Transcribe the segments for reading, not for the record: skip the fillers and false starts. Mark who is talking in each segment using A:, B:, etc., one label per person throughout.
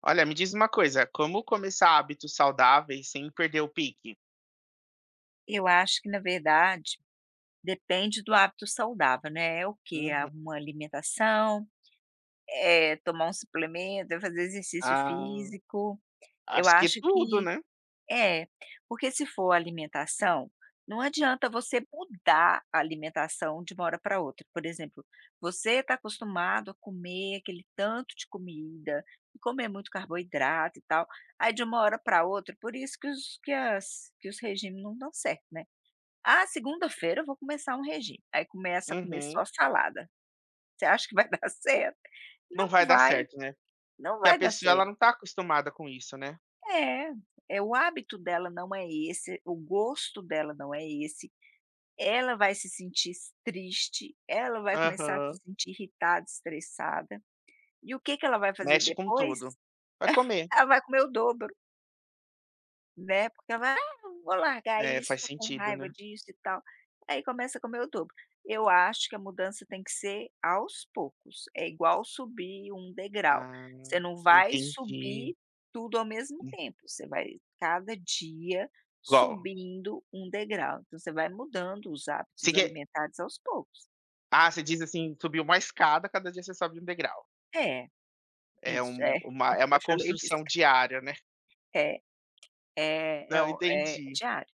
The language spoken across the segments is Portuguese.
A: Olha, me diz uma coisa, como começar hábitos saudáveis sem perder o pique?
B: Eu acho que, na verdade, depende do hábito saudável, né. É o quê? É
A: Uhum.
B: uma alimentação, é tomar um suplemento, é fazer exercício
A: Ah,
B: físico. Eu
A: acho que
B: acho
A: tudo,
B: que
A: né.
B: é, porque se for alimentação, não adianta você mudar a alimentação de uma hora para outra. Por exemplo, você está acostumado a comer aquele tanto de comida e comer muito carboidrato e tal, aí de uma hora para outra, por isso que os que as que os regimes não dão certo, né. Ah, segunda-feira eu vou começar um regime. Aí começa a comer
A: Uhum.
B: só salada. Você acha que vai dar certo?
A: Não
B: Não
A: vai dar
B: vai,
A: certo, né.
B: não
A: Porque a
B: vai dar
A: pessoa ela
B: certo.
A: não tá acostumada com isso, né.
B: É, é o hábito dela, não é esse, o gosto dela não é esse. Ela vai se sentir s triste, ela vai começar a se
A: Aham.
B: sentir irritada, estressada. E o que que ela vai fazer
A: Mexe com
B: depois?
A: tudo. Vai comer.
B: Ela vai comer o dobro. Né, porque ela vai: "Ah, vou largar
A: É,
B: isso,
A: faz
B: tô com
A: sentido,
B: raiva
A: né.
B: disso e tal", aí começa a comer o dobro. Eu acho que a mudança tem que ser aos poucos, é igual subir um degrau,
A: Ah,
B: você não vai
A: entendi.
B: subir tudo ao mesmo tempo, você vai cada dia
A: Igual
B: subindo um degrau, então você vai mudando os
A: você
B: hábitos
A: que
B: alimentares aos poucos.
A: você diz assim, subir uma escada, cada dia você sobe um degrau.
B: É, é
A: É
B: isso,
A: um
B: é,
A: uma é
B: que
A: uma
B: eu falei isso.
A: construção diária, né.
B: É, é é
A: Não,
B: o é
A: entendi.
B: diário.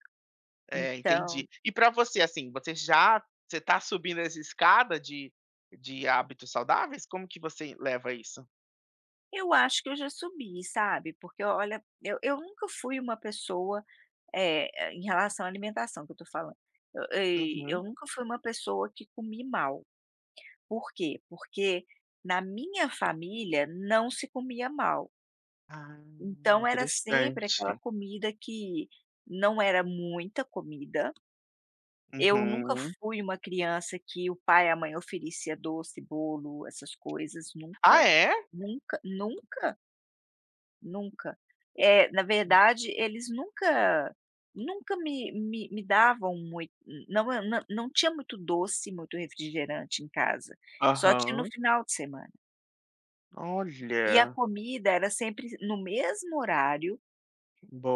A: É,
B: Então.
A: entendi. E para você, assim, você tá subindo essa escada de hábitos saudáveis? Como que você leva isso?
B: Eu acho que eu já subi, sabe, porque olha, eu nunca fui uma pessoa, em relação à alimentação que eu tô falando, eu e
A: Uhum.
B: eu nunca fui uma pessoa que comi mal. Por quê? Porque na minha família não se comia mal,
A: Ah,
B: então era sempre aquela
A: interessante.
B: comida que não era muita comida, eu nunca
A: Uhum.
B: fui uma criança que o pai e a mãe oferecia doce, bolo, essas coisas,
A: Ah,
B: nunca,
A: é?
B: nunca, nunca. Nunca. É, na verdade, eles nunca me davam muito. Não tinha muito doce, muito refrigerante em casa, só tinha no
A: Aham.
B: final de semana. E a
A: Olha,
B: comida era sempre no mesmo horário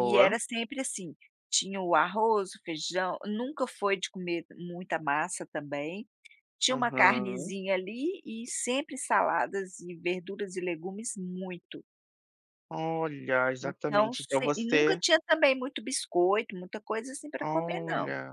B: e era sempre assim, tinha o arroz, o feijão, nunca foi de comer muita massa também, tinha uma
A: Aham.
B: carnezinha ali e sempre saladas e verduras e legumes muito.
A: Olha,
B: Não
A: exatamente. Então
B: sei, e nunca
A: você
B: tinha também muito biscoito, muita coisa assim para comer não.
A: olha,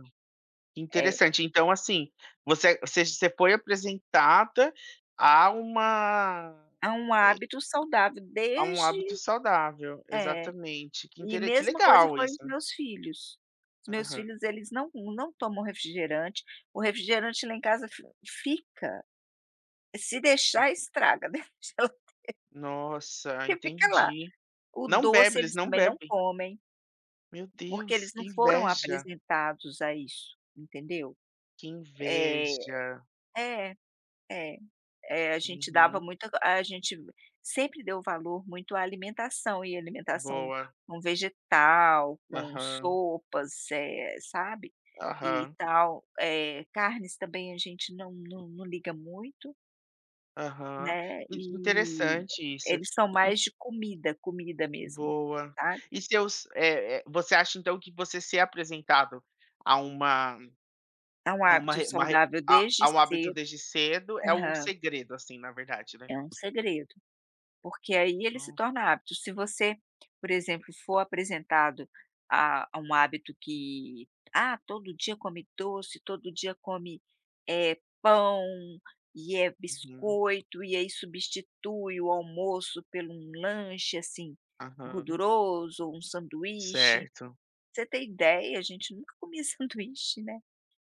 A: que
B: É,
A: interessante. Então, assim, você foi apresentada a uma
B: é um hábito saudável
A: a um hábito
B: desde.
A: saudável,
B: É,
A: exatamente.
B: e
A: Que
B: mesma coisa
A: legal
B: foi os
A: isso, né.
B: meus filhos. Os meus
A: Aham.
B: filhos, eles não tomam refrigerante, o refrigerante lá em casa fi fica, se deixar estraga, né,
A: Nossa,
B: porque fica lá.
A: entendi.
B: O
A: Não
B: doce
A: bebe, eles
B: eles
A: não
B: também não
A: bebem.
B: comem,
A: Meu
B: porque
A: Deus,
B: eles
A: que
B: não foram
A: inveja,
B: apresentados a isso, entendeu?
A: que
B: É,
A: inveja.
B: é, é. Eh, a gente dava
A: Uhum.
B: muita a gente sempre deu valor muito à alimentação, e alimentação
A: Boa.
B: com vegetal, com
A: Aham,
B: sopas, sabe, e
A: aham,
B: tal. Carnes também a gente não liga muito,
A: aham.
B: né,
A: In
B: e
A: Interessante isso.
B: eles são
A: En
B: mais de comida, comida mesmo,
A: Boa.
B: tá.
A: Você acha então que você ser apresentado a uma
B: É um
A: a
B: hábito
A: uma re
B: saudável
A: a
B: desde
A: a um hábito
B: cedo.
A: desde cedo é o
B: Aham,
A: segredo, assim, na verdade,
B: é um segredo. Porque aí ele se
A: né?
B: torna hábito. Se você, por exemplo, for apresentado a um hábito que, ah, todo dia come doce, todo dia come, eh, pão e
A: Uhum.
B: biscoito, e aí substitui o almoço pelo um lanche, assim,
A: Aham.
B: gorduroso, ou um sanduíche.
A: Certo.
B: Pra Você tem ideia, a gente nunca comia sanduíche, né.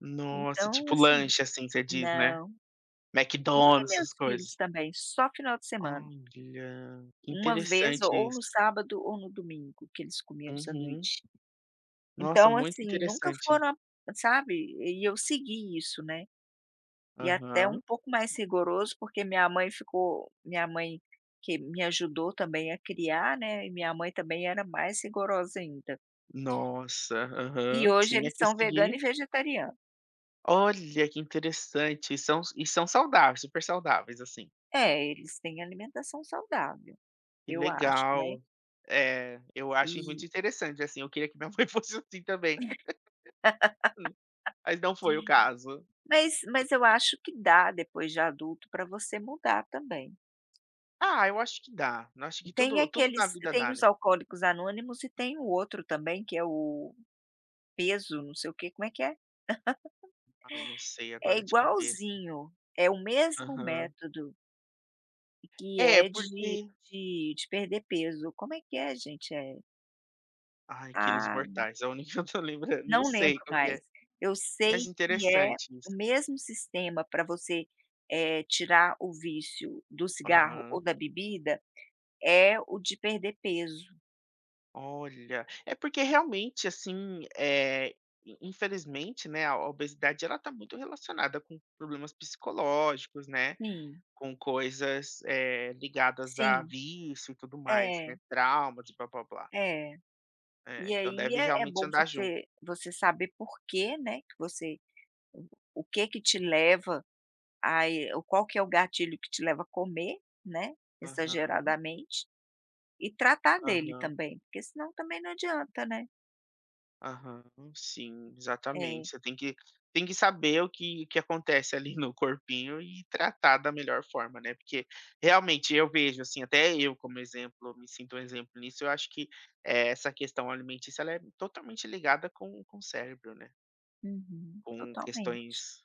A: Nossa,
B: Então,
A: tipo
B: assim,
A: lanche, assim, você diz, né?
B: não, nem
A: McDonald's,
B: meus
A: essas
B: filhos
A: coisas.
B: também, só final de semana.
A: Olha, que
B: Uma vez
A: interessante
B: ou no
A: isso.
B: sábado ou no domingo, que eles comiam
A: Uhum.
B: sanduíche.
A: Nossa,
B: Então,
A: muito
B: assim, nunca
A: interessante.
B: foram a, sabe, e eu segui isso, né. E até um
A: Aham.
B: pouco mais rigoroso, porque minha mãe que me ajudou também a criar, né, e minha mãe também era mais rigorosa ainda.
A: Nossa,
B: E
A: aham.
B: hoje
A: Tinha
B: eles
A: que
B: são vegano
A: seguir.
B: e vegetariano.
A: Olha, que interessante. E são saudáveis, super saudáveis, assim.
B: É, eles têm alimentação saudável,
A: Que
B: eu acho, né.
A: legal. É, eu acho
B: E
A: muito interessante, assim, eu queria que minha mãe fosse assim também, mas não foi o caso.
B: mas eu acho que dá, depois de adulto, para você mudar também.
A: Ah, eu acho que dá. Eu acho que
B: Tem
A: tudo tudo na
B: aqueles
A: vida
B: tem
A: dá,
B: os
A: né.
B: Alcoólicos Anônimos, e tem o outro também que é o peso não sei o quê, como é que é?
A: Ai, não sei
B: É
A: agora de cabeça.
B: igualzinho, é o mesmo
A: Aham.
B: método que
A: É,
B: é de
A: porque
B: de perder peso. Como é que é, gente? É,
A: ai, Quilos
B: ah,
A: Mortais, é o único que eu tô lembrando, não
B: não
A: sei
B: lembro
A: qual que
B: mais.
A: é,
B: Eu sei
A: mas
B: que é
A: interessante
B: o
A: isso.
B: mesmo sistema para você, tirar o vício do cigarro
A: Aham.
B: ou da bebida, é o de perder peso.
A: Olha, é porque realmente, assim, in infelizmente, né, a obesidade ela tá muito relacionada com problemas psicológicos, né,
B: Sim,
A: com coisas, ligadas a
B: sim.
A: vício e tudo mais,
B: É,
A: né, traumas e blá-blá-blá.
B: é.
A: É,
B: E
A: então
B: aí
A: deve
B: é
A: realmente
B: bom
A: andar junto.
B: você saber porquê, né, que você, o o que que te leva a e o qual que é o gatilho que te leva a comer, né,
A: Aham.
B: exageradamente, e tratar dele
A: Aham,
B: também, porque senão também não adianta, né.
A: aham, sim,
B: É,
A: exatamente. Você tem que saber o que acontece ali no corpinho e tratar da melhor forma, né, porque realmente eu vejo, assim, até eu como exemplo, me sinto um exemplo nisso, eu acho que, essa questão alimentícia ela é totalmente ligada com o cérebro, né,
B: uhum,
A: com
B: totalmente.
A: questões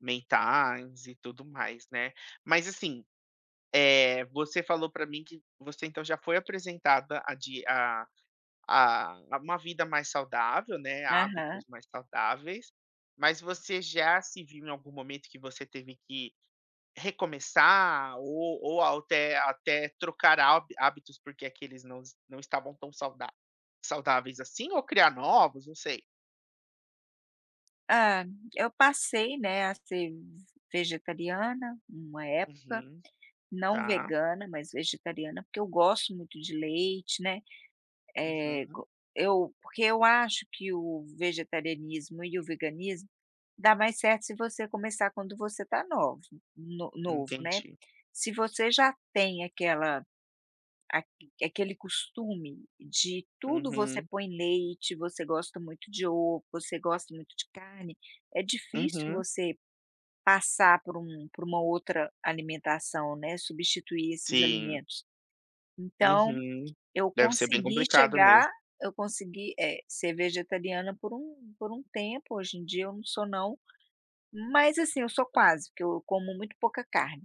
A: mentais e tudo mais, né. Mas assim, você falou para mim que você então já foi apresentada a die a uma vida mais saudável, né,
B: Aham.
A: hábitos mais saudáveis, mas você já se viu em algum momento que você teve que recomeçar ou até trocar hábitos, porque aqueles não estavam tão sauda saudáveis assim, ou criar novos, não sei?
B: Ah, eu passei, né, a ser vegetariana uma época,
A: Uhum,
B: não
A: tá.
B: vegana, mas vegetariana, porque eu gosto muito de leite, né. Eh,
A: Uhum,
B: go eu porque eu acho que o vegetarianismo e o veganismo dá mais certo se você começar quando você está novo, no novo, né.
A: entendi.
B: Se você já tem aquela, a aquele costume de tudo você
A: Uhum,
B: põe leite, você gosta muito de ovo, você gosta muito de carne, é difícil
A: uhum.
B: você passar por uma outra alimentação, né, substituir esses
A: Sim.
B: alimentos. Então,
A: Uhum.
B: eu
A: Deve ser bem
B: consegui
A: complicado mesmo.
B: chegar eu consegui, ser vegetariana por um tempo, hoje em dia eu não sou não, mas assim, eu sou quase, porque eu como muito pouca carne,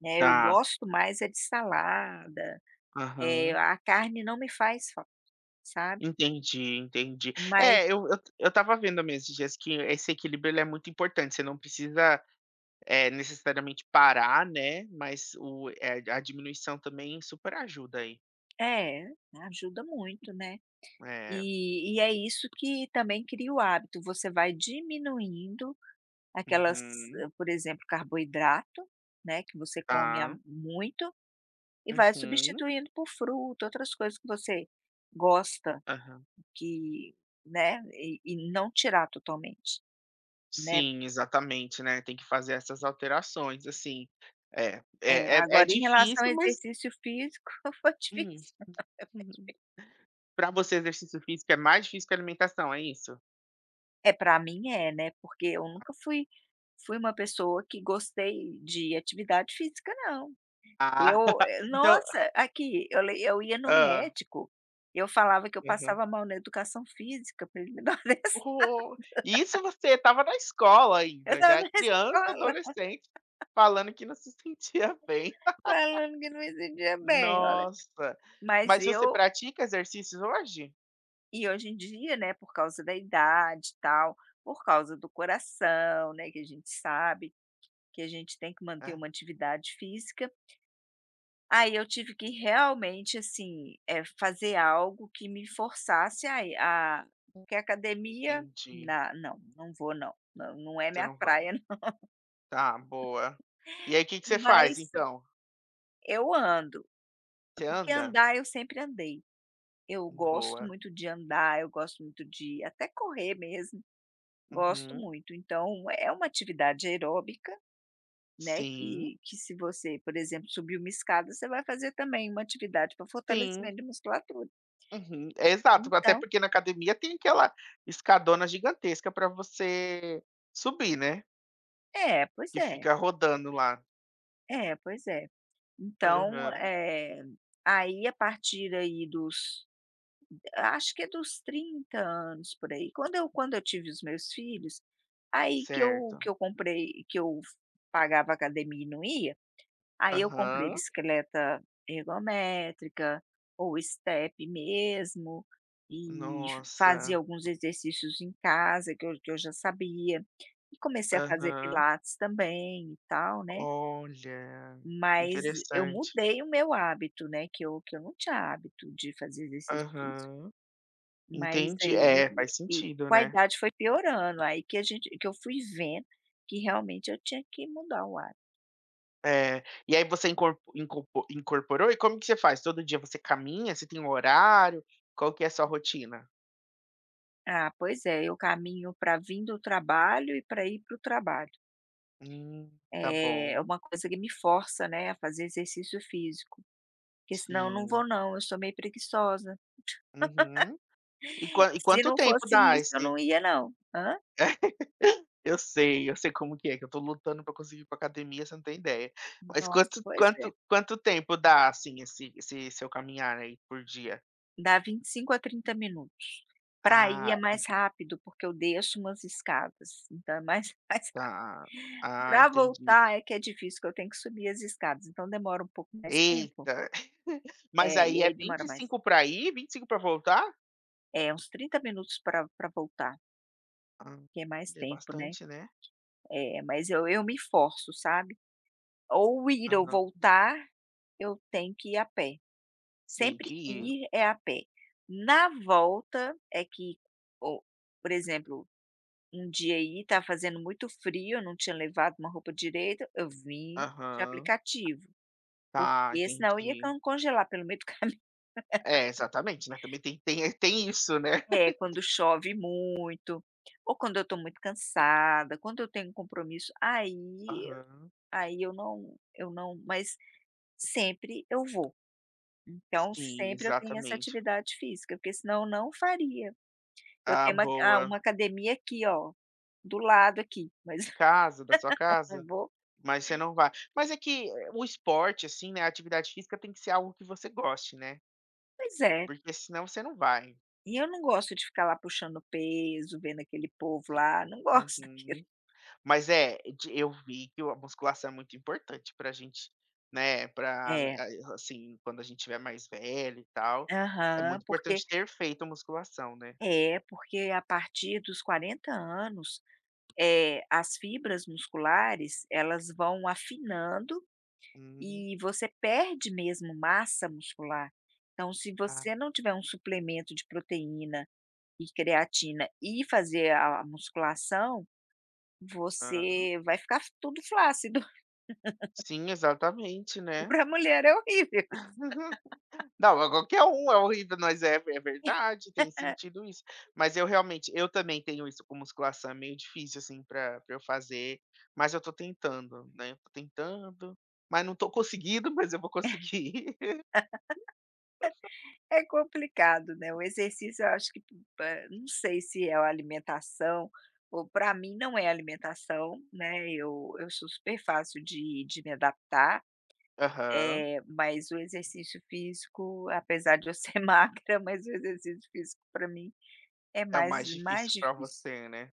B: né, eu
A: Tá.
B: gosto mais é de salada,
A: Aham.
B: a carne não me faz falta, sabe.
A: Entendi, entendi.
B: Mas
A: É, eu estava vendo mesmo esses dias que esse equilíbrio ele é muito importante, você não precisa, necessariamente parar, né, mas a diminuição também super ajuda aí.
B: é, ajuda muito, né.
A: É.
B: E é isso que também cria o hábito, você vai diminuindo aquelas,
A: Uhum.
B: por exemplo, carboidrato, né, que você come há
A: Tá.
B: muito. E vai
A: Uhum.
B: substituindo por fruta, outras coisas que você gosta,
A: Aham.
B: que, né, e não tirar totalmente, né.
A: Sim, exatamente, né, tem que fazer essas alterações, assim. É,
B: É,
A: é
B: agora em relação
A: difícil,
B: ao
A: mas
B: exercício físico foi
A: para
B: difícil.
A: uhum. Pra você exercício físico é mais difícil que alimentação, é isso?
B: É, para mim é, né, porque eu nunca fui uma pessoa que gostei de atividade física não.
A: Ah,
B: Eu eh,
A: então
B: nossa, aqui, eu ia no
A: hã.
B: médico, eu falava que eu
A: Aham.
B: passava mal na educação física, pra ele me dar uma lição.
A: Oh, isso você estava na escola
B: Eu
A: ainda,
B: estava
A: já
B: na
A: criança,
B: escola
A: adolescente, falando que não se sentia bem.
B: falando que não me sentia bem, olha
A: Nossa,
B: Mas
A: mas você
B: eu
A: pratica exercícios hoje?
B: e hoje em dia, né, por causa da idade e tal, por causa do coração, né, que a gente sabe que a gente tem que manter
A: Ah,
B: uma atividade física, aí eu tive que realmente, assim, fazer algo que me forçasse a ir a, porque academia,
A: entendi,
B: na não, não vou não, não é
A: você
B: minha
A: não vai.
B: praia,
A: Tá, boa. E aí o que que você
B: não.
A: faz
B: Mas
A: então?
B: eu ando,
A: Você
B: porque
A: anda?
B: andar eu sempre andei. Eu gosto
A: Boa.
B: muito de andar, eu gosto muito de até correr mesmo. Gosto
A: Uhum.
B: muito. Então é uma atividade aeróbica, né,
A: Sim,
B: que, se você, por exemplo, subir uma escada, você vai fazer também uma atividade para
A: sim.
B: fortalecimento de musculatura.
A: Uhum. É exato, até
B: Então
A: porque na academia tem aquela escadona gigantesca para você subir, né,
B: é, pois
A: que
B: é.
A: fica rodando lá.
B: É, pois é. Então, eh, aí, a partir, aí dos, acho que é dos 30 anos, por aí. Quando eu tive os meus filhos, aí que eu que
A: Certo.
B: eu comprei, que eu pagava academia e não ia. Aí eu comprei
A: Aham.
B: bicicleta ergométrica ou step mesmo, e fazia
A: Nossa.
B: alguns exercícios em casa que eu já sabia, e comecei a fazer
A: Aham.
B: pilates também e tal, né.
A: Olha,
B: Mas eu
A: interessante.
B: mudei o meu hábito, né, que eu não tinha hábito de fazer exercício físico,
A: Aham.
B: mas
A: Entendi.
B: aí,
A: É, faz
B: e
A: sentido,
B: com a
A: né.
B: idade foi piorando, aí que a gente, que eu fui vendo que realmente eu tinha que mudar o hábito.
A: É. E aí você incorporou e como que você faz? Todo dia você caminha? Você tem um horário? Qual que é a sua rotina?
B: Ah, pois é, eu caminho para vir do trabalho e para ir para o trabalho.
A: Hum, tá
B: É
A: bom.
B: uma coisa que me força, né, a fazer exercício físico, porque senão eu não vou
A: Sim.
B: não, eu sou meio preguiçosa.
A: Uhum. E
B: Se
A: quanto
B: não
A: tempo
B: fosse
A: dá
B: isso, eu não
A: esse
B: ia não. Hã?
A: Eu sei como que é, que eu tô lutando pra conseguir ir pra academia, você não tem ideia. Mas
B: Nossa,
A: quanto
B: pois é.
A: quanto quanto tempo dá, assim, esse seu caminhar aí por dia?
B: Dá 25 a 30 minutos. Para ir é
A: Ah,
B: mais rápido, porque eu deixo umas escadas, então é mais mais rápido.
A: tá. Ah,
B: Para
A: entendi.
B: voltar é que é difícil, porque eu tenho que subir as escadas, então demora um pouco mais tempo.
A: Eita.
B: É,
A: Mas aí
B: e
A: é
B: aí
A: vinte
B: demora
A: e
B: mais.
A: cinco pra ir, 25 pra voltar?
B: É, uns 30 minutos para voltar.
A: Ah,
B: Que é mais
A: é
B: tempo, né.
A: bastante, né.
B: É, mas eu me forço, sabe. Ou ir ou
A: Aham.
B: voltar, eu tenho que ir a pé.
A: Tem que
B: Sempre
A: ir.
B: ir é a pé. Na volta é que, ou, por exemplo, um dia aí estava fazendo muito frio, eu não tinha levado uma roupa direita, eu vim de
A: Aham.
B: aplicativo,
A: Tá,
B: porque senão eu ia
A: entendi.
B: can congelar pelo meio do caminho.
A: É, exatamente, né, também tem isso, né.
B: É, quando chove muito, ou quando eu estou muito cansada, quando eu tenho um compromisso, aí
A: Aham.
B: aí eu não, mas sempre eu vou. Então
A: Sim,
B: sempre eu tenho essa
A: exatamente.
B: atividade física, porque senão eu não faria. Eu
A: Ah,
B: tenho uma ah,
A: boa.
B: uma academia aqui, ó, do lado aqui, mas
A: De casa, da sua
B: eu não
A: casa,
B: vou,
A: mas você não vai mas é que o esporte, assim, né, a atividade física tem que ser algo que você goste, né,
B: pois é.
A: porque senão você não vai.
B: E eu não gosto de ficar lá puxando peso, vendo aquele povo lá, não gosto daquilo.
A: Uhum. Mas é, de eu vi que a musculação é muito importante pra gente, né, pra
B: É.
A: a assim, quando a gente estiver mais velho e tal, é
B: Aham,
A: muito
B: porque
A: importante ter feito a musculação, né.
B: é, porque a partir dos 40 anos, as fibras musculares, elas vão afinando,
A: Hum.
B: e você perde mesmo massa muscular. Então, se você não tiver um suplemento de proteína e creatina e fazer a musculação,
A: Aham.
B: você vai ficar tudo flácido.
A: Sim, exatamente,
B: E
A: né.
B: para a mulher é horrível isso.
A: Não, a qualquer um é horrível, mas é verdade, tem sentido isso. Mas eu realmente eu também tenho isso com musculação, é meio difícil, assim, pra eu fazer, mas eu tô tentando, né, tô tentando, mas não tô conseguindo, mas eu vou conseguir.
B: É complicado, né. O exercício eu acho que, não sei se é a alimentação ou para mim não é alimentação, né, eu sou super fácil de me adaptar.
A: Aham.
B: É, mas o exercício físico, apesar de eu ser magra, mas o exercício físico para mim é
A: É o
B: mais
A: mais
B: mais
A: difícil pra
B: difícil.
A: você, né.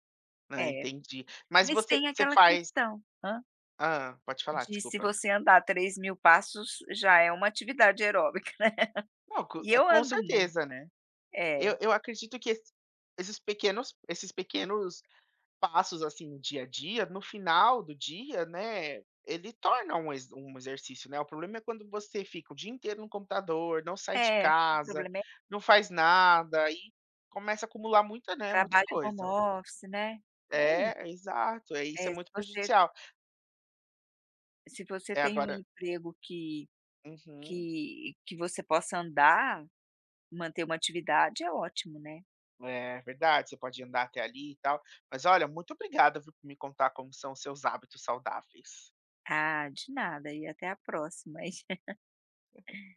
A: Ah,
B: É,
A: entendi. Mas
B: mas
A: você
B: tem
A: você
B: aquela
A: faz
B: questão,
A: ah pode falar,
B: de se
A: desculpa.
B: você andar 3 mil passos já é uma atividade aeróbica.
A: Não, co
B: E
A: eh,
B: eu
A: Com
B: ando muito.
A: certeza, né.
B: É,
A: Eu acredito que esses pequenos passos, assim, no dia a dia, no final do dia, né, ele torna um ex um exercício, né. O problema é quando você fica o dia inteiro no computador, não sai de
B: é, o
A: casa,
B: problema é que
A: não faz nada, e começa a acumular muita, né, muita
B: trabalho home
A: coisa.
B: office, né. É isso.
A: É, exato, é isso é
B: É, se
A: muito
B: você
A: prejudicial.
B: se você
A: É,
B: tem um
A: agora
B: emprego que
A: uhum.
B: que que você possa andar, manter uma atividade é ótimo, né.
A: É verdade, você pode andar até ali e tal. Mas olha, muito obrigada viu, por me contar como são os seus hábitos saudáveis.
B: Ah, de nada, e até a próxima.